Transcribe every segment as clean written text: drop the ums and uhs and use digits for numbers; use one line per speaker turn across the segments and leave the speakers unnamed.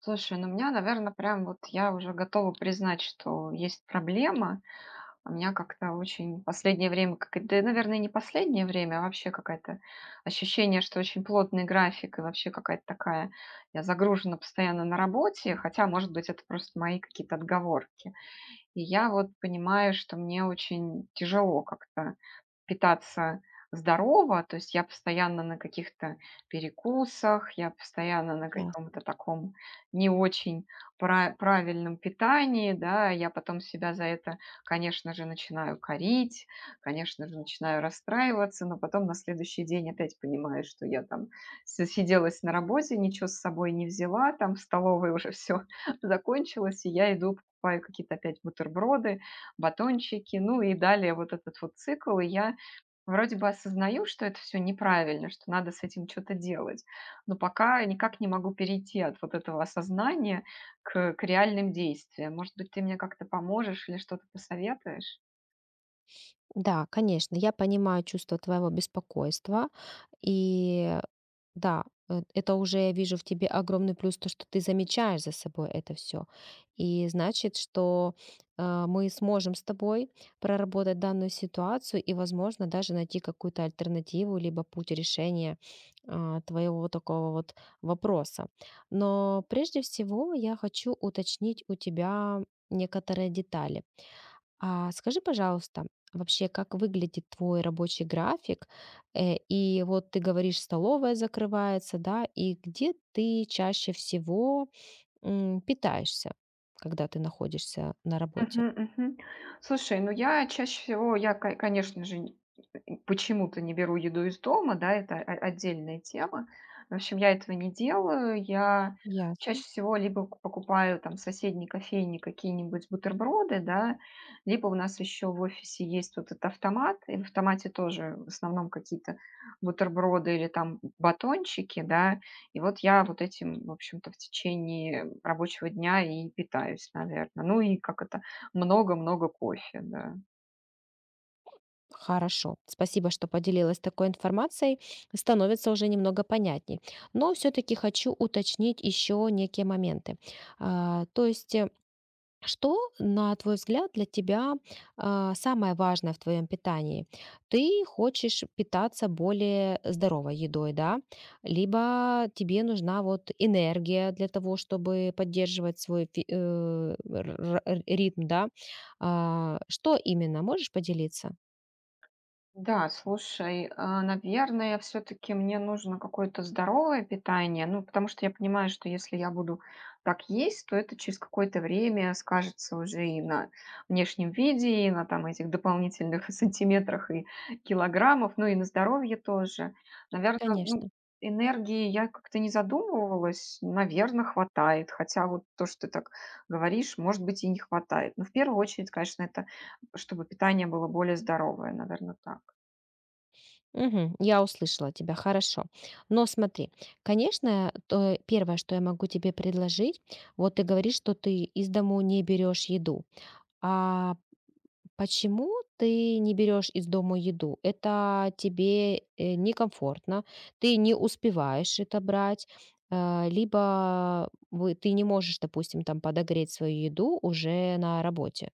Слушай, ну у меня, наверное, прям вот я уже готова признать, что есть проблема. У меня как-то очень последнее время, как и да, наверное, не последнее время, а вообще какое-то ощущение, что очень плотный график и вообще какая-то такая, я загружена постоянно на работе, хотя, может быть, это просто мои какие-то отговорки. И я вот понимаю, что мне очень тяжело как-то питаться здорово, то есть я постоянно на каких-то перекусах, я постоянно на
Яс
каком-то таком не очень правильном питании, да, я потом себя за это, конечно же, начинаю корить, конечно же, начинаю расстраиваться, но потом на следующий день опять понимаю, что я там сиделась на работе, ничего с собой не взяла, там в столовой уже все закончилось, и я иду покупаю какие-то опять бутерброды, батончики, ну и далее вот этот вот цикл, и я вроде бы осознаю, что это все неправильно, что надо с этим что то делать, но пока никак не могу перейти от вот этого осознания к реальным действиям. Может быть, ты мне как-то поможешь или что-то посоветуешь?
Да, конечно, я понимаю чувство твоего беспокойства. И да, это уже я вижу в тебе огромный плюс, то, что ты замечаешь за собой это все. И значит, что, мы сможем с тобой проработать данную ситуацию и, возможно, даже найти какую-то альтернативу либо путь решения, твоего вот такого вот вопроса. Но прежде всего я хочу уточнить у тебя некоторые детали. А скажи, пожалуйста, вообще, как выглядит твой рабочий график? И вот ты говоришь, столовая закрывается, да, и где ты чаще всего питаешься, когда ты находишься на работе?
Мгм, мгм. Слушай, ну я чаще всего, я, конечно же, почему-то не беру еду из дома, да, это отдельная тема. В общем, я этого не делаю. Я чаще
Ясно.
всего либо покупаю там в соседней кофейне какие-нибудь бутерброды, да, либо у нас еще в офисе есть вот этот автомат, и в автомате тоже в основном какие-то бутерброды или там батончики, да, и вот я вот этим, в общем-то, в течение рабочего дня и питаюсь, наверное. Ну и как это много-много кофе, да.
Хорошо. Спасибо, что поделилась такой информацией. Становится уже немного понятней. Но все-таки хочу уточнить еще некие моменты. То есть что, на твой взгляд, для тебя самое важное в твоем питании? Ты хочешь питаться более здоровой едой, да? Либо тебе нужна вот энергия для того, чтобы поддерживать свой ритм, да? А, что именно? Можешь поделиться?
Да, слушай, а, наверное, все таки мне нужно какое-то здоровое питание, ну, потому что я понимаю, что если я буду так есть, то это через какое-то время скажется уже и на внешнем виде, и на там этих дополнительных сантиметрах и килограммах, ну и на здоровье тоже. Наверное, ну,
Конечно.
энергии я как-то не задумывалась, наверное, хватает, хотя вот то, что ты так говоришь, может быть, и не хватает. Но в первую очередь, конечно, это чтобы питание было более здоровое, наверное, так.
Мгм, я услышала тебя, хорошо. Но смотри, конечно, то первое, что я могу тебе предложить, вот ты говоришь, что ты из дому не берешь еду. А почему ты не берешь из дома еду? Это тебе некомфортно, ты не успеваешь это брать, либо ты не можешь, допустим, там подогреть свою еду уже на работе.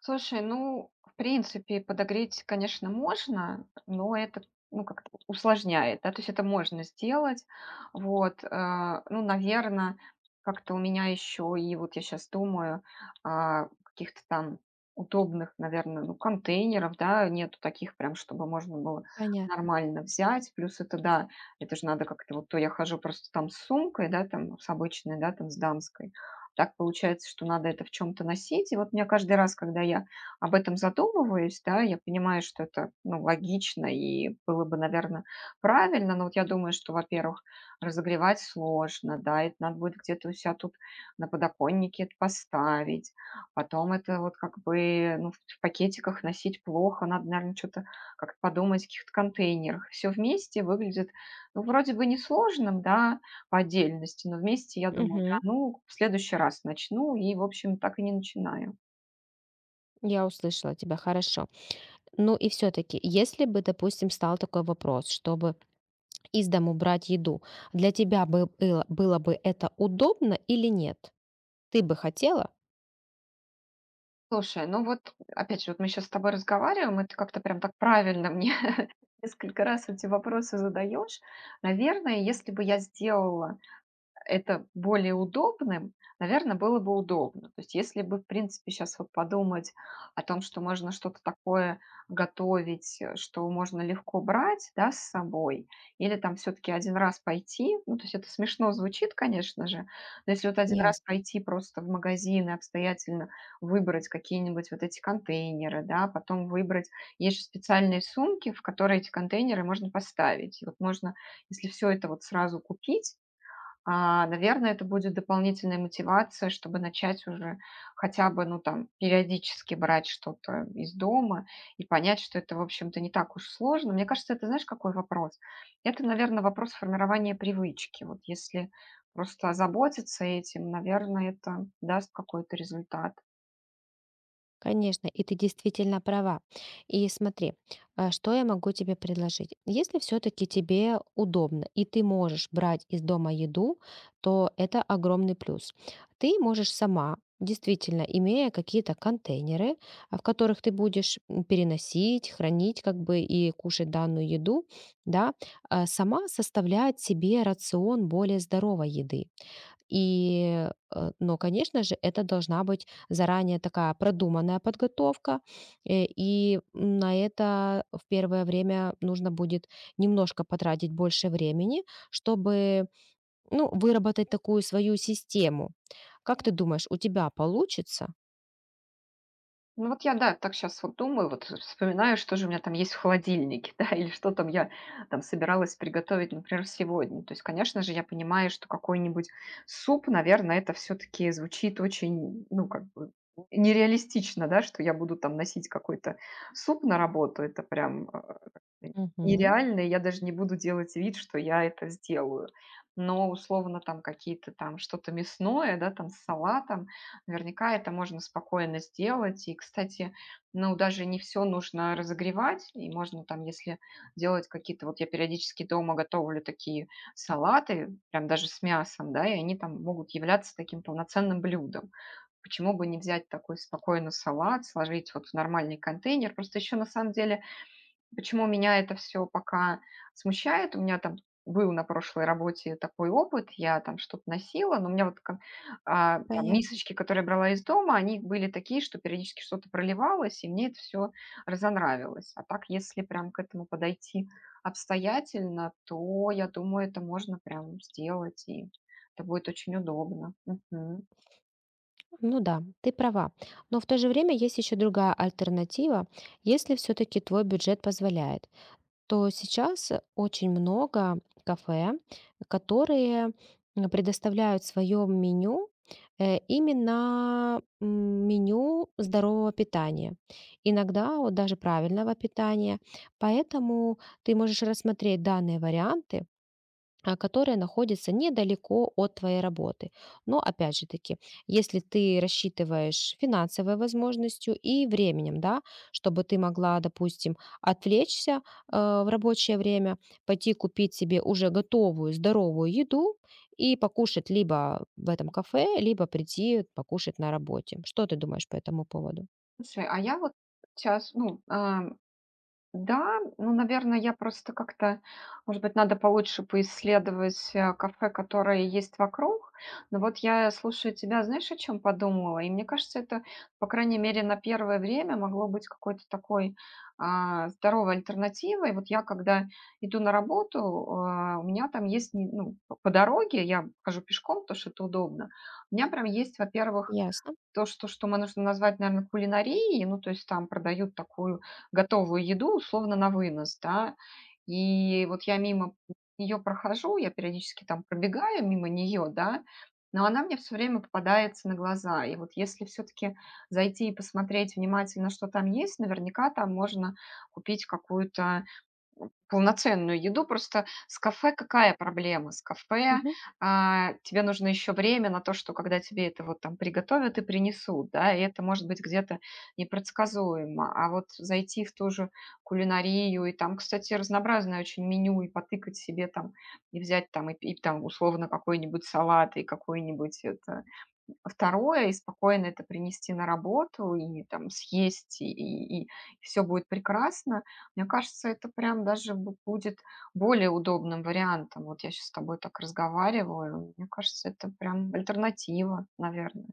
Слушай, ну, в принципе, подогреть, конечно, можно, но это, ну, как-то вот усложняет, да, то есть это можно сделать. Вот, ну, наверное, как-то у меня еще и вот я сейчас думаю о каких-то там удобных, наверное, ну, контейнеров, да, нету таких прям, чтобы можно было
Понятно.
нормально взять. Плюс это, да, это же надо как-то вот то я хожу просто там с сумкой, да, там с обычной, да, там с дамской, так получается, что надо это в чем то носить. И вот меня каждый раз, когда я об этом задумываюсь, да, я понимаю, что это, ну, логично и было бы, наверное, правильно. Но вот я думаю, что, во-первых, разогревать сложно, да, это надо будет где-то у себя тут на подоконнике это поставить. Потом это вот как бы, ну, в пакетиках носить плохо, надо, наверное, что то как-то подумать в каких-то контейнерах. Все вместе выглядит, ну, вроде бы несложным, да, по отдельности, но вместе, я думаю,
Мгм.
ну, в следующий раз начну и, в общем, так и не начинаю.
Я услышала тебя хорошо. Ну и все-таки, если бы, допустим, стал такой вопрос, чтобы из дому брать еду, для тебя бы было, было бы это удобно или нет? Ты бы хотела?
Слушай, ну вот, опять же, вот мы сейчас с тобой разговариваем, и ты как-то прям так правильно мне несколько раз эти вопросы задаешь. Наверное, если бы я сделала это более удобным, наверное, было бы удобно. То есть если бы, в принципе, сейчас вот подумать о том, что можно что-то такое готовить, что можно легко брать, да, с собой, или там все таки один раз пойти, ну, то есть это смешно звучит, конечно же, но если вот один раз
Ясно.
пойти просто в магазин и обстоятельно выбрать какие-нибудь вот эти контейнеры, да, потом выбрать есть же специальные сумки, в которые эти контейнеры можно поставить. И вот можно, если все это вот сразу купить, а, наверное, это будет дополнительная мотивация, чтобы начать уже хотя бы, ну, там, периодически брать что-то из дома и понять, что это, в общем-то, не так уж сложно. Мне кажется, это, знаешь, какой вопрос? Это, наверное, вопрос формирования привычки. Вот если просто озаботиться этим, наверное, это даст какой-то результат.
Конечно, и ты действительно права. И смотри, что я могу тебе предложить. Если все-таки тебе удобно и ты можешь брать из дома еду, то это огромный плюс. Ты можешь сама, действительно, имея какие-то контейнеры, в которых ты будешь переносить, хранить как бы и кушать данную еду, да, сама составлять себе рацион более здоровой еды. И, но, конечно же, это должна быть заранее такая продуманная подготовка, и на это в первое время нужно будет немножко потратить больше времени, чтобы, ну, выработать такую свою систему. Как ты думаешь, у тебя получится?
Ну вот я, да, так сейчас вот думаю, вот вспоминаю, что же у меня там есть в холодильнике, да, или что там я там собиралась приготовить, например, сегодня. То есть, конечно же, я понимаю, что какой-нибудь суп, наверное, это все таки звучит очень, ну, как бы нереалистично, да, что я буду там носить какой-то суп на работу. Это прям, а, как-то
Мгм.
нереально, и я даже не буду делать вид, что я это сделаю. Но условно там какие-то там что-то мясное, да, там с салатом, наверняка это можно спокойно сделать. И, кстати, ну, даже не все нужно разогревать. И можно там, если делать какие-то... Вот я периодически дома готовлю такие салаты, прям даже с мясом, да, и они там могут являться таким полноценным блюдом. Почему бы не взять такой спокойно салат, сложить вот в нормальный контейнер? Просто еще на самом деле почему меня это все пока смущает? У меня там был на прошлой работе такой опыт, я там что-то носила, но у меня вот там
Понятно.
мисочки, которые я брала из дома, они были такие, что периодически что-то проливалось, и мне это всё разонравилось. А так, если прям к этому подойти обстоятельно, то, я думаю, это можно прям сделать, и это будет очень удобно. Мгм.
Ну да, ты права. Но в то же время есть еще другая альтернатива, если все-таки твой бюджет позволяет. То сейчас очень много кафе, которые предоставляют в своем меню именно меню здорового питания. Иногда вот даже правильного питания. Поэтому ты можешь рассмотреть данные варианты, которые находятся недалеко от твоей работы. Но опять же таки, если ты рассчитываешь финансовой возможностью и временем, да, чтобы ты могла, допустим, отвлечься в рабочее время, пойти купить себе уже готовую здоровую еду и покушать либо в этом кафе, либо прийти покушать на работе. Что ты думаешь по этому поводу?
Слушай, а я вот сейчас, ну, а, да, ну, наверное, я просто как-то, может быть, надо получше поисследовать кафе, которые есть вокруг. Но вот я, слушаю тебя, знаешь, о чем подумала? И мне кажется, это, по крайней мере, на первое время могло быть какой-то такой а, здоровой альтернативой. Вот я, когда иду на работу, а, у меня там есть, ну, по дороге, я хожу пешком, потому что это удобно. У меня прям есть, во-первых,
Ясно.
то, что мы нужно назвать, наверное, кулинарией, ну, то есть там продают такую готовую еду, условно, на вынос, да. И вот я мимо ее прохожу, я периодически там пробегаю мимо нее, да, но она мне все время попадается на глаза. И вот если все таки зайти и посмотреть внимательно, что там есть, наверняка там можно купить какую-то полноценную еду. Просто с кафе какая проблема? С кафе,
Мгм.
а, тебе нужно еще время на то, что когда тебе это вот там приготовят и принесут, да, и это может быть где-то непредсказуемо. А вот зайти в ту же кулинарию, и там, кстати, разнообразное очень меню, и потыкать себе там, и взять там, и там условно какой-нибудь салат, и какой-нибудь это, второе, и спокойно это принести на работу, и там съесть, и, все будет прекрасно. Мне кажется, это прям даже будет более удобным вариантом. Вот я сейчас с тобой так разговариваю. Мне кажется, это прям альтернатива, наверное.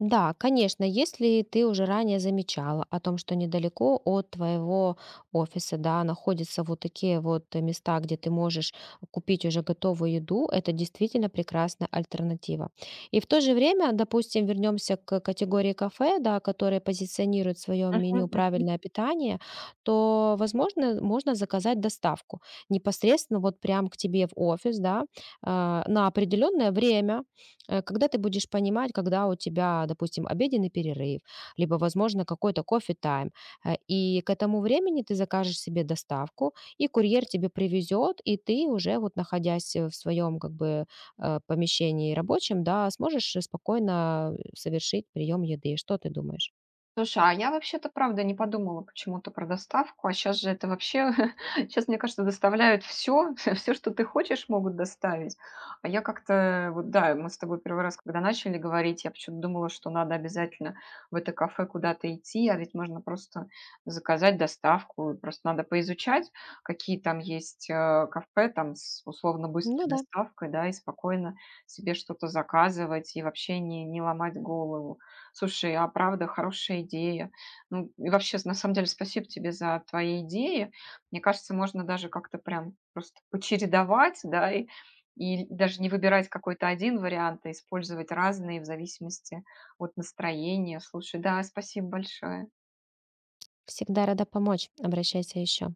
Да, конечно, если ты уже ранее замечала о том, что недалеко от твоего офиса, да, находятся вот такие вот места, где ты можешь купить уже готовую еду, это действительно прекрасная альтернатива. И в то же время, допустим, вернемся к категории кафе, да, которые позиционируют в своем меню правильное питание, то, возможно, можно заказать доставку непосредственно вот прям к тебе в офис, да, на определенное время. Э, когда ты будешь понимать, когда у тебя, допустим, обеденный перерыв, либо, возможно, какой-то кофе-тайм, и к этому времени ты закажешь себе доставку, и курьер тебе привезет, и ты уже вот находясь в своем как бы помещении рабочем, да, сможешь спокойно совершить прием еды. Что ты думаешь?
Слушай, а я вообще-то правда не подумала почему-то про доставку, а сейчас же это вообще, сейчас, мне кажется, доставляют все, все, что ты хочешь, могут доставить. А я как-то, вот да, мы с тобой первый раз, когда начали говорить, я почему-то думала, что надо обязательно в это кафе куда-то идти, а ведь можно просто заказать доставку, и просто надо поизучать, какие там есть кафе, там с условно
Ну
быстрой
да,
доставкой, да, и спокойно себе что-то заказывать и вообще не ломать голову. Слушай, а правда, хорошая идея. Ну, и вообще, на самом деле, спасибо тебе за твои идеи. Мне кажется, можно даже как-то прям просто почередовать, да, и даже не выбирать какой-то один вариант, а использовать разные в зависимости от настроения. Слушай, да, спасибо большое.
всегда рада помочь. Обращайся еще.